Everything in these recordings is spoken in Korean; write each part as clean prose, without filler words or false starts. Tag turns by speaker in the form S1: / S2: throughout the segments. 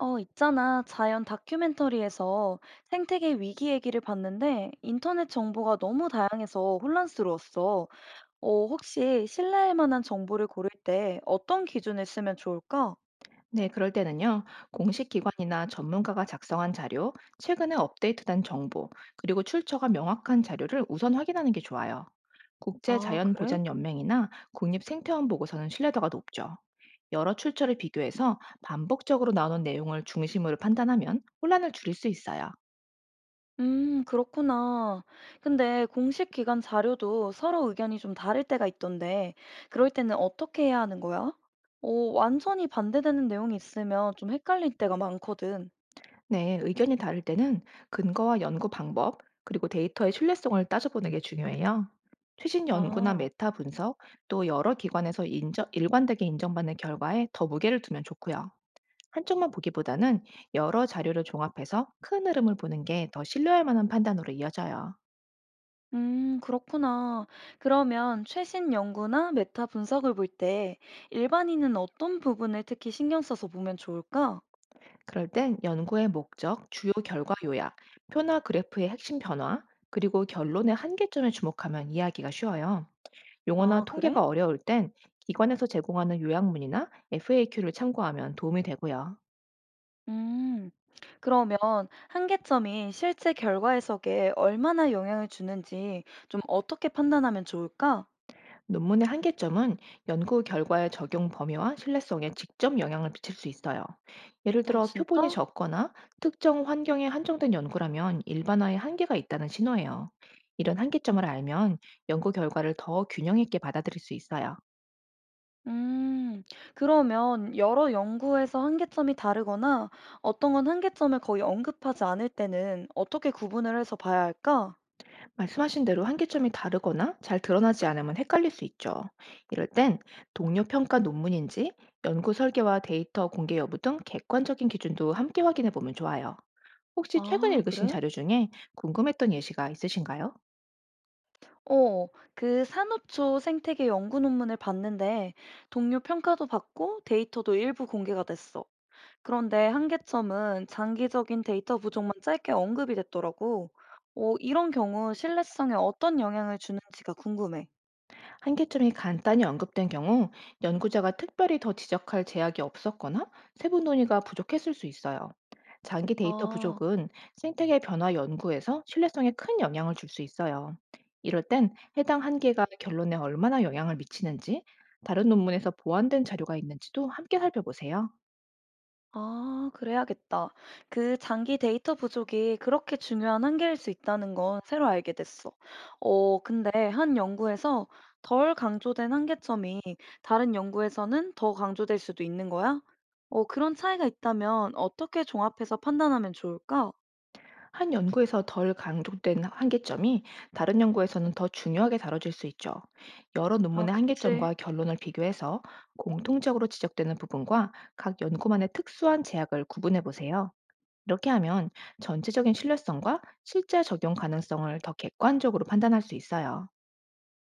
S1: 있잖아. 자연 다큐멘터리에서 생태계 위기 얘기를 봤는데 인터넷 정보가 너무 다양해서 혼란스러웠어. 혹시 신뢰할 만한 정보를 고를 때 어떤 기준을 쓰면 좋을까?
S2: 네, 그럴 때는요, 공식 기관이나 전문가가 작성한 자료, 최근에 업데이트된 정보, 그리고 출처가 명확한 자료를 우선 확인하는 게 좋아요.
S1: 아, 그래?
S2: 국제자연보전연맹이나 국립생태원 보고서는 신뢰도가 높죠. 여러 출처를 비교해서 반복적으로 나오는 내용을 중심으로 판단하면 혼란을 줄일 수 있어요.
S1: 그렇구나. 근데 공식 기관 자료도 서로 의견이 좀 다를 때가 있던데 그럴 때는 어떻게 해야 하는 거야? 완전히 반대되는 내용이 있으면 좀 헷갈릴 때가 많거든.
S2: 네, 의견이 다를 때는 근거와 연구 방법, 그리고 데이터의 신뢰성을 따져보는 게 중요해요. 최신 연구나
S1: 아.
S2: 메타 분석, 또 여러 기관에서 인정, 일관되게 인정받는 결과에 더 무게를 두면 좋고요. 한쪽만 보기보다는 여러 자료를 종합해서 큰 흐름을 보는 게 더 신뢰할 만한 판단으로 이어져요.
S1: 그렇구나. 그러면 최신 연구나 메타 분석을 볼 때 일반인은 어떤 부분을 특히 신경 써서 보면 좋을까?
S2: 그럴 땐 연구의 목적, 주요 결과 요약, 표나 그래프의 핵심 변화, 그리고 결론의 한계점에 주목하면 이해하기가 쉬워요. 용어나
S1: 아, 그래?
S2: 통계가 어려울 땐 기관에서 제공하는 요약문이나 FAQ를 참고하면 도움이 되고요.
S1: 음, 그러면 한계점이 실제 결과 해석에 얼마나 영향을 주는지 좀 어떻게 판단하면 좋을까?
S2: 논문의 한계점은 연구 결과의 적용 범위와 신뢰성에 직접 영향을 미칠 수 있어요. 예를
S1: 아,
S2: 들어 표본이
S1: 진짜?
S2: 적거나 특정 환경에 한정된 연구라면 일반화의 한계가 있다는 신호예요. 이런 한계점을 알면 연구 결과를 더 균형 있게 받아들일 수 있어요.
S1: 음, 그러면 여러 연구에서 한계점이 다르거나 어떤 건 한계점을 거의 언급하지 않을 때는 어떻게 구분을 해서 봐야 할까?
S2: 말씀하신 대로 한계점이 다르거나 잘 드러나지 않으면 헷갈릴 수 있죠. 이럴 땐 동료 평가 논문인지 연구 설계와 데이터 공개 여부 등 객관적인 기준도 함께 확인해 보면 좋아요. 혹시 최근
S1: 아,
S2: 읽으신
S1: 그래?
S2: 자료 중에 궁금했던 예시가 있으신가요?
S1: 어, 그 산호초 생태계 연구 논문을 봤는데 동료 평가도 받고 데이터도 일부 공개가 됐어. 그런데 한계점은 장기적인 데이터 부족만 짧게 언급이 됐더라고. 이런 경우 신뢰성에 어떤 영향을 주는지가 궁금해.
S2: 한계점이 간단히 언급된 경우 연구자가 특별히 더 지적할 제약이 없었거나 세부 논의가 부족했을 수 있어요. 장기 데이터
S1: 아.
S2: 부족은 생태계 변화 연구에서 신뢰성에 큰 영향을 줄 수 있어요. 이럴 땐 해당 한계가 결론에 얼마나 영향을 미치는지, 다른 논문에서 보완된 자료가 있는지도 함께 살펴보세요.
S1: 아, 그래야겠다. 그 장기 데이터 부족이 그렇게 중요한 한계일 수 있다는 건 새로 알게 됐어. 근데 한 연구에서 덜 강조된 한계점이 다른 연구에서는 더 강조될 수도 있는 거야? 그런 차이가 있다면 어떻게 종합해서 판단하면 좋을까?
S2: 한 연구에서 덜 강조된 한계점이 다른 연구에서는 더 중요하게 다뤄질 수 있죠. 여러
S1: 아,
S2: 논문의
S1: 그치.
S2: 한계점과 결론을 비교해서 공통적으로 지적되는 부분과 각 연구만의 특수한 제약을 구분해 보세요. 이렇게 하면 전체적인 신뢰성과 실제 적용 가능성을 더 객관적으로 판단할 수 있어요.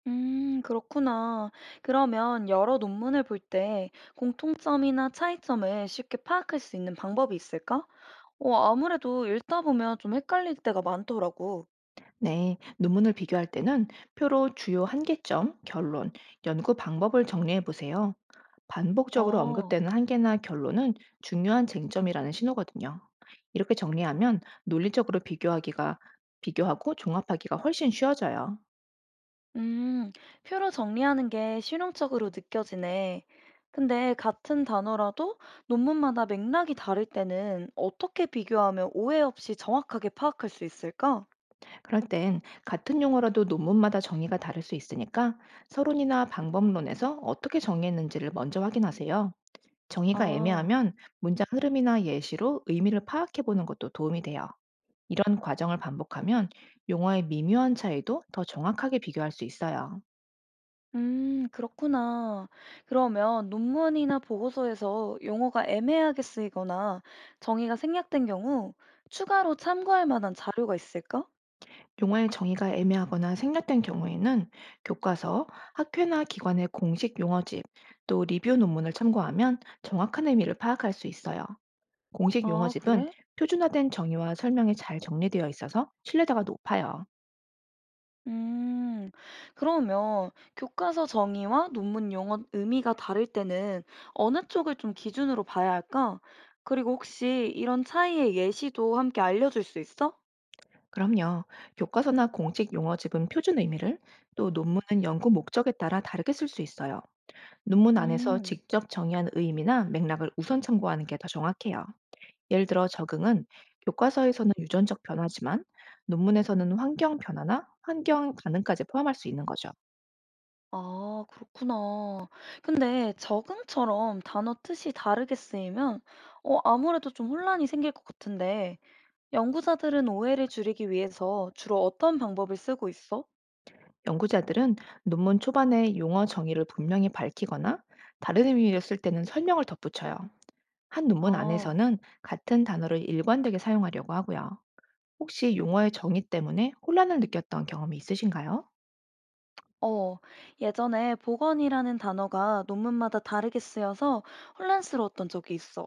S1: 그렇구나. 그러면 여러 논문을 볼 때 공통점이나 차이점을 쉽게 파악할 수 있는 방법이 있을까? 아무래도 읽다 보면 좀 헷갈릴 때가 많더라고.
S2: 네, 논문을 비교할 때는 표로 주요 한계점, 결론, 연구 방법을 정리해 보세요. 반복적으로
S1: 어,
S2: 언급되는 한계나 결론은 중요한 쟁점이라는 신호거든요. 이렇게 정리하면 논리적으로 비교하기가 비교하고 종합하기가 훨씬 쉬워져요.
S1: 음, 표로 정리하는 게 실용적으로 느껴지네. 근데 같은 단어라도 논문마다 맥락이 다를 때는 어떻게 비교하면 오해 없이 정확하게 파악할 수 있을까?
S2: 그럴 땐 같은 용어라도 논문마다 정의가 다를 수 있으니까 서론이나 방법론에서 어떻게 정의했는지를 먼저 확인하세요. 정의가
S1: 아.
S2: 애매하면 문장 흐름이나 예시로 의미를 파악해 보는 것도 도움이 돼요. 이런 과정을 반복하면 용어의 미묘한 차이도 더 정확하게 비교할 수 있어요.
S1: 그렇구나. 그러면 논문이나 보고서에서 용어가 애매하게 쓰이거나 정의가 생략된 경우 추가로 참고할 만한 자료가 있을까?
S2: 용어의 정의가 애매하거나 생략된 경우에는 교과서, 학회나 기관의 공식 용어집, 또 리뷰 논문을 참고하면 정확한 의미를 파악할 수 있어요. 공식
S1: 아,
S2: 용어집은
S1: 그래?
S2: 표준화된 정의와 설명이 잘 정리되어 있어서 신뢰도가 높아요.
S1: 음, 그러면 교과서 정의와 논문 용어 의미가 다를 때는 어느 쪽을 좀 기준으로 봐야 할까? 그리고 혹시 이런 차이의 예시도 함께 알려줄 수 있어?
S2: 그럼요. 교과서나 공식 용어집은 표준 의미를, 또 논문은 연구 목적에 따라 다르게 쓸 수 있어요. 논문 안에서
S1: 음.
S2: 직접 정의한 의미나 맥락을 우선 참고하는 게 더 정확해요. 예를 들어 적응은 교과서에서는 유전적 변화지만 논문에서는 환경 변화나 환경 반응까지 포함할 수 있는 거죠.
S1: 아, 그렇구나. 근데 적응처럼 단어 뜻이 다르게 쓰이면 아무래도 좀 혼란이 생길 것 같은데 연구자들은 오해를 줄이기 위해서 주로 어떤 방법을 쓰고 있어?
S2: 연구자들은 논문 초반에 용어 정의를 분명히 밝히거나 다른 의미로 쓸 때는 설명을 덧붙여요. 한 논문
S1: 아,
S2: 안에서는 같은 단어를 일관되게 사용하려고 하고요. 혹시 용어의 정의 때문에 혼란을 느꼈던 경험이 있으신가요?
S1: 어, 예전에 보건이라는 단어가 논문마다 다르게 쓰여서 혼란스러웠던 적이 있어.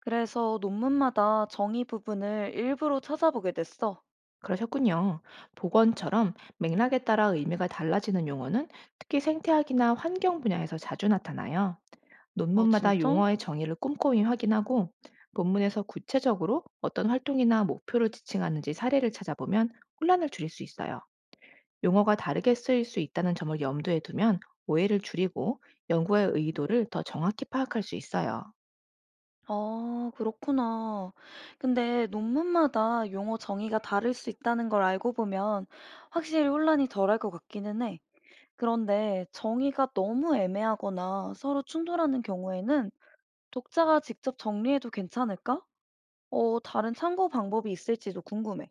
S1: 그래서 논문마다 정의 부분을 일부러 찾아보게 됐어.
S2: 그러셨군요. 보건처럼 맥락에 따라 의미가 달라지는 용어는 특히 생태학이나 환경 분야에서 자주 나타나요.
S1: 아,
S2: 논문마다
S1: 진짜?
S2: 용어의 정의를 꼼꼼히 확인하고 본문에서 구체적으로 어떤 활동이나 목표를 지칭하는지 사례를 찾아보면 혼란을 줄일 수 있어요. 용어가 다르게 쓰일 수 있다는 점을 염두에 두면 오해를 줄이고 연구의 의도를 더 정확히 파악할 수 있어요.
S1: 아, 그렇구나. 근데 논문마다 용어 정의가 다를 수 있다는 걸 알고 보면 확실히 혼란이 덜할 것 같기는 해. 그런데 정의가 너무 애매하거나 서로 충돌하는 경우에는 독자가 직접 정리해도 괜찮을까? 다른 참고 방법이 있을지도 궁금해.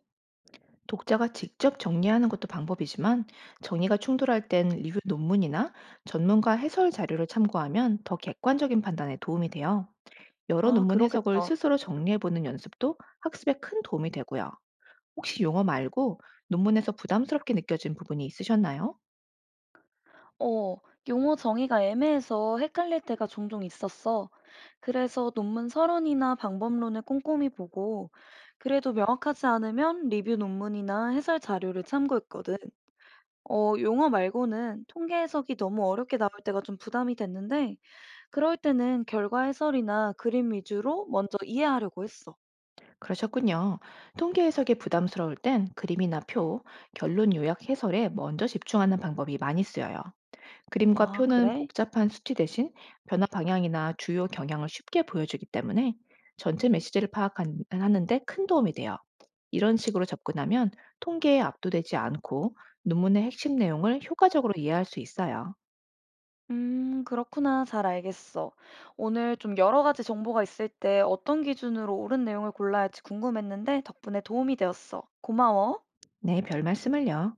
S2: 독자가 직접 정리하는 것도 방법이지만 정의가 충돌할 땐 리뷰 논문이나 전문가 해설 자료를 참고하면 더 객관적인 판단에 도움이 돼요. 여러
S1: 아,
S2: 논문 해석을
S1: 그러겠다.
S2: 스스로 정리해보는 연습도 학습에 큰 도움이 되고요. 혹시 용어 말고 논문에서 부담스럽게 느껴진 부분이 있으셨나요?
S1: 어, 용어 정의가 애매해서 헷갈릴 때가 종종 있었어. 그래서 논문 서론이나 방법론을 꼼꼼히 보고, 그래도 명확하지 않으면 리뷰 논문이나 해설 자료를 참고했거든. 용어 말고는 통계 해석이 너무 어렵게 나올 때가 좀 부담이 됐는데, 그럴 때는 결과 해설이나 그림 위주로 먼저 이해하려고 했어.
S2: 그러셨군요. 통계 해석이 부담스러울 땐 그림이나 표, 결론 요약 해설에 먼저 집중하는 방법이 많이 쓰여요. 그림과
S1: 아,
S2: 표는
S1: 그래?
S2: 복잡한 수치 대신 변화 방향이나 주요 경향을 쉽게 보여주기 때문에 전체 메시지를 파악하는데 큰 도움이 돼요. 이런 식으로 접근하면 통계에 압도되지 않고 논문의 핵심 내용을 효과적으로 이해할 수 있어요.
S1: 그렇구나. 잘 알겠어. 오늘 좀 여러 가지 정보가 있을 때 어떤 기준으로 옳은 내용을 골라야 할지 궁금했는데 덕분에 도움이 되었어. 고마워.
S2: 네, 별 말씀을요.